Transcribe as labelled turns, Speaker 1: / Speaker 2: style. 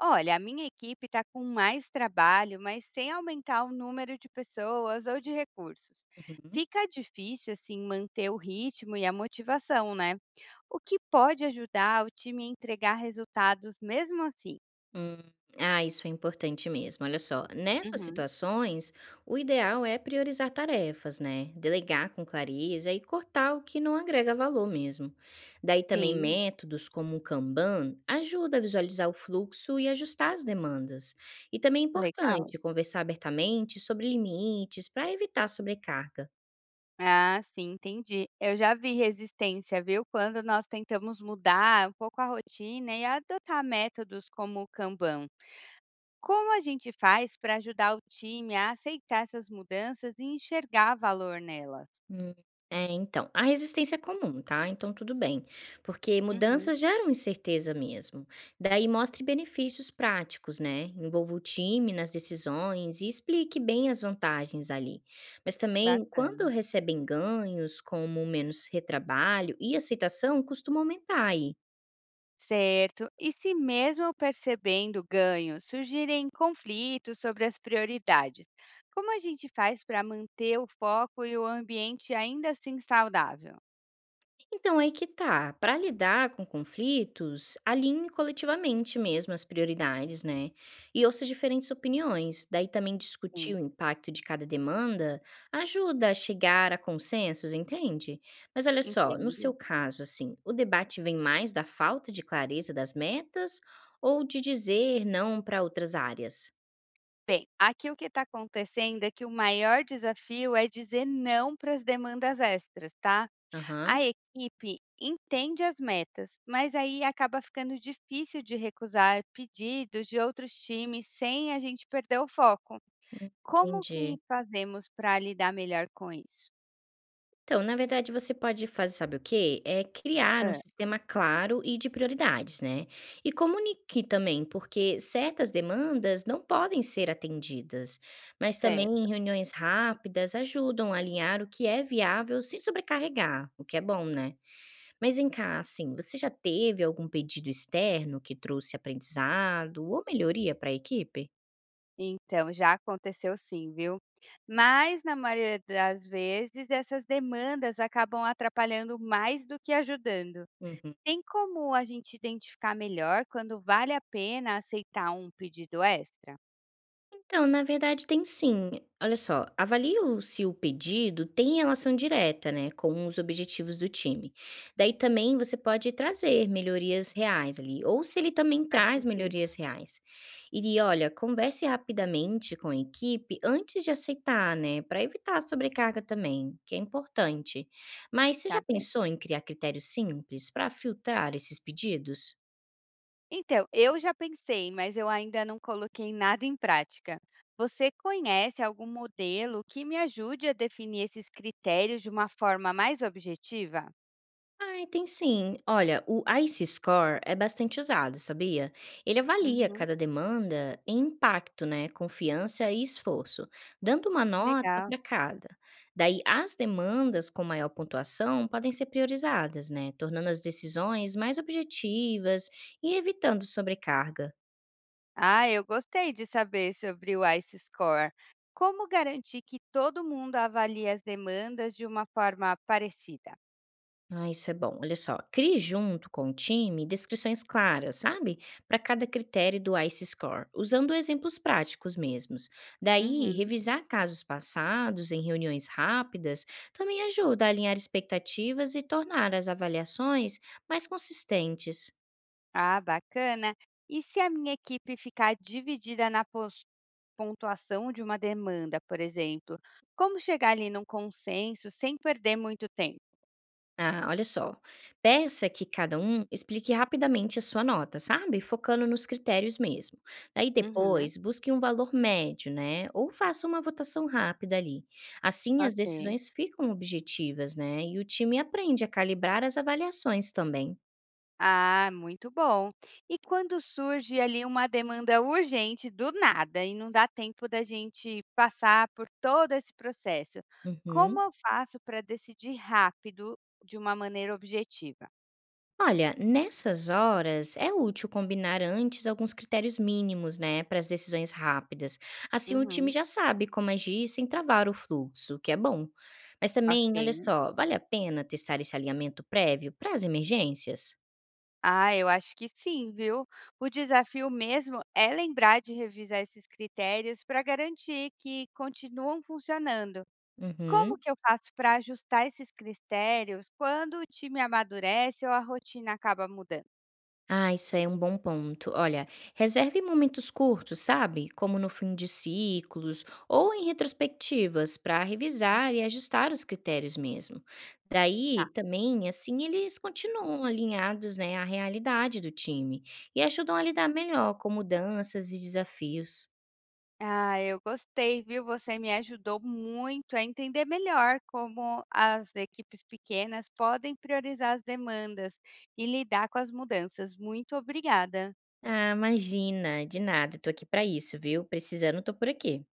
Speaker 1: Olha, a minha equipe está com mais trabalho, mas sem aumentar o número de pessoas ou de recursos.
Speaker 2: Uhum.
Speaker 1: Fica difícil, assim, manter o ritmo e a motivação, né? O que pode ajudar o time a entregar resultados mesmo assim?
Speaker 2: Hum, Ah, isso é importante mesmo. Olha só, nessas
Speaker 1: Uhum.
Speaker 2: situações, o ideal é priorizar tarefas, né? Delegar com clareza e cortar o que não agrega valor mesmo. Daí também
Speaker 1: Sim,
Speaker 2: métodos como o Kanban ajuda a visualizar o fluxo e ajustar as demandas. E também é
Speaker 1: legal.
Speaker 2: importante conversar abertamente sobre limites para evitar sobrecarga.
Speaker 1: Ah, sim, entendi. Eu já vi resistência, viu? Quando nós tentamos mudar um pouco a rotina e adotar métodos como o Kanban. Como a gente faz para ajudar o time a aceitar essas mudanças e enxergar valor nelas?
Speaker 2: Hum, é, então, a resistência é comum, tá? Então tudo bem, porque
Speaker 1: Uhum.
Speaker 2: mudanças geram incerteza mesmo. Daí mostre benefícios práticos, né? Envolva o time nas decisões e explique bem as vantagens ali. Mas também, quando
Speaker 1: Bacana.
Speaker 2: recebem ganhos, como menos retrabalho e aceitação, costuma aumentar aí.
Speaker 1: Certo. E se mesmo percebendo ganho, surgirem conflitos sobre as prioridades, como a gente faz para manter o foco e o ambiente ainda assim saudável?
Speaker 2: Então, aí que tá. Para lidar com conflitos, alinhe coletivamente mesmo as prioridades, né? E ouça diferentes opiniões. Daí também discutir o
Speaker 1: Sim.
Speaker 2: impacto de cada demanda ajuda a chegar a consensos, entende? Mas olha só, no
Speaker 1: Entendo.
Speaker 2: seu caso, assim, o debate vem mais da falta de clareza das metas ou de dizer não para outras áreas?
Speaker 1: Bem, aqui o que está acontecendo é que o maior desafio é dizer não para as demandas extras, tá? A
Speaker 2: Aham,
Speaker 1: equipe entende as metas, mas aí acaba ficando difícil de recusar pedidos de outros times sem a gente perder o foco.
Speaker 2: hum,
Speaker 1: Como que
Speaker 2: entendi.
Speaker 1: fazemos para lidar melhor com isso?
Speaker 2: Então, na verdade, você pode fazer, sabe o quê? É criar um
Speaker 1: Hã,
Speaker 2: sistema claro e de prioridades, né? E comunique também, porque certas demandas não podem ser atendidas, mas também
Speaker 1: certo.
Speaker 2: reuniões rápidas ajudam a alinhar o que é viável sem sobrecarregar, o que é bom, né? Mas vem cá, assim, você já teve algum pedido externo que trouxe aprendizado ou melhoria para a equipe?
Speaker 1: Então, já aconteceu sim, viu? Mas, na maioria das vezes, essas demandas acabam atrapalhando mais do que ajudando.
Speaker 2: Uhum.
Speaker 1: Tem como a gente identificar melhor quando vale a pena aceitar um pedido extra?
Speaker 2: Então, na verdade tem sim. Olha só, avalie o se o pedido tem relação direta, né, com os objetivos do time. Daí também você pode trazer melhorias reais ali, ou se ele também
Speaker 1: Faz
Speaker 2: traz
Speaker 1: sentido,
Speaker 2: melhorias reais. E olha, converse rapidamente com a equipe antes de aceitar, né, para evitar sobrecarga também, que é importante. Mas você
Speaker 1: tá
Speaker 2: já
Speaker 1: bem.
Speaker 2: pensou em criar critérios simples para filtrar esses pedidos?
Speaker 1: Então, eu já pensei, mas eu ainda não coloquei nada em prática. Você conhece algum modelo que me ajude a definir esses critérios de uma forma mais objetiva?
Speaker 2: Ai, tem sim. Olha, o ICE Score é bastante usado, sabia? Ele avalia
Speaker 1: Uhum,
Speaker 2: cada demanda em impacto, né, confiança e esforço, dando uma nota
Speaker 1: legal.
Speaker 2: para cada. Daí, as demandas com maior pontuação podem ser priorizadas, né, tornando as decisões mais objetivas e evitando sobrecarga.
Speaker 1: Ah, eu gostei de saber sobre o ICE Score. Como garantir que todo mundo avalie as demandas de uma forma parecida?
Speaker 2: Ah, isso é bom. Olha só, crie junto com o time descrições claras, sabe? Para cada critério do ICE Score, usando exemplos práticos mesmos. Daí,
Speaker 1: Uhum.
Speaker 2: revisar casos passados em reuniões rápidas também ajuda a alinhar expectativas e tornar as avaliações mais consistentes.
Speaker 1: Ah, bacana. E se a minha equipe ficar dividida na pontuação de uma demanda, por exemplo, como chegar ali num consenso sem perder muito tempo?
Speaker 2: Ah, olha só. Peça que cada um explique rapidamente a sua nota, sabe? Focando nos critérios mesmo. Daí
Speaker 1: Uhum.
Speaker 2: depois, busque um valor médio, né? Ou faça uma votação rápida ali. Assim, as
Speaker 1: Ok.
Speaker 2: decisões ficam objetivas, né? E o time aprende a calibrar as avaliações também.
Speaker 1: Ah, muito bom. E quando surge ali uma demanda urgente do nada e não dá tempo da gente passar por todo esse processo, como
Speaker 2: Uhum.
Speaker 1: eu faço para decidir rápido de uma maneira objetiva?
Speaker 2: Olha, nessas horas é útil combinar antes alguns critérios mínimos, né, para as decisões rápidas. Assim o time
Speaker 1: Uhum,
Speaker 2: já sabe como agir sem travar o fluxo, o que é bom. Mas também, olha
Speaker 1: ok.
Speaker 2: só, vale a pena testar esse alinhamento prévio para as emergências?
Speaker 1: Ah, eu acho que sim, viu? O desafio mesmo é lembrar de revisar esses critérios para garantir que continuam funcionando. Como
Speaker 2: Uhum.
Speaker 1: que eu faço para ajustar esses critérios quando o time amadurece ou a rotina acaba mudando?
Speaker 2: Ah, isso aí é um bom ponto. Olha, reserve momentos curtos, sabe? Como no fim de ciclos ou em retrospectivas, para revisar e ajustar os critérios mesmo. Daí,
Speaker 1: Tá.
Speaker 2: também, assim, eles continuam alinhados, né, à realidade do time e ajudam a lidar melhor com mudanças e desafios.
Speaker 1: Ah, eu gostei, viu? Você me ajudou muito a entender melhor como as equipes pequenas podem priorizar as demandas e lidar com as mudanças. Muito obrigada.
Speaker 2: Ah, imagina, de nada, eu tô aqui para isso, viu? Precisando, tô por aqui.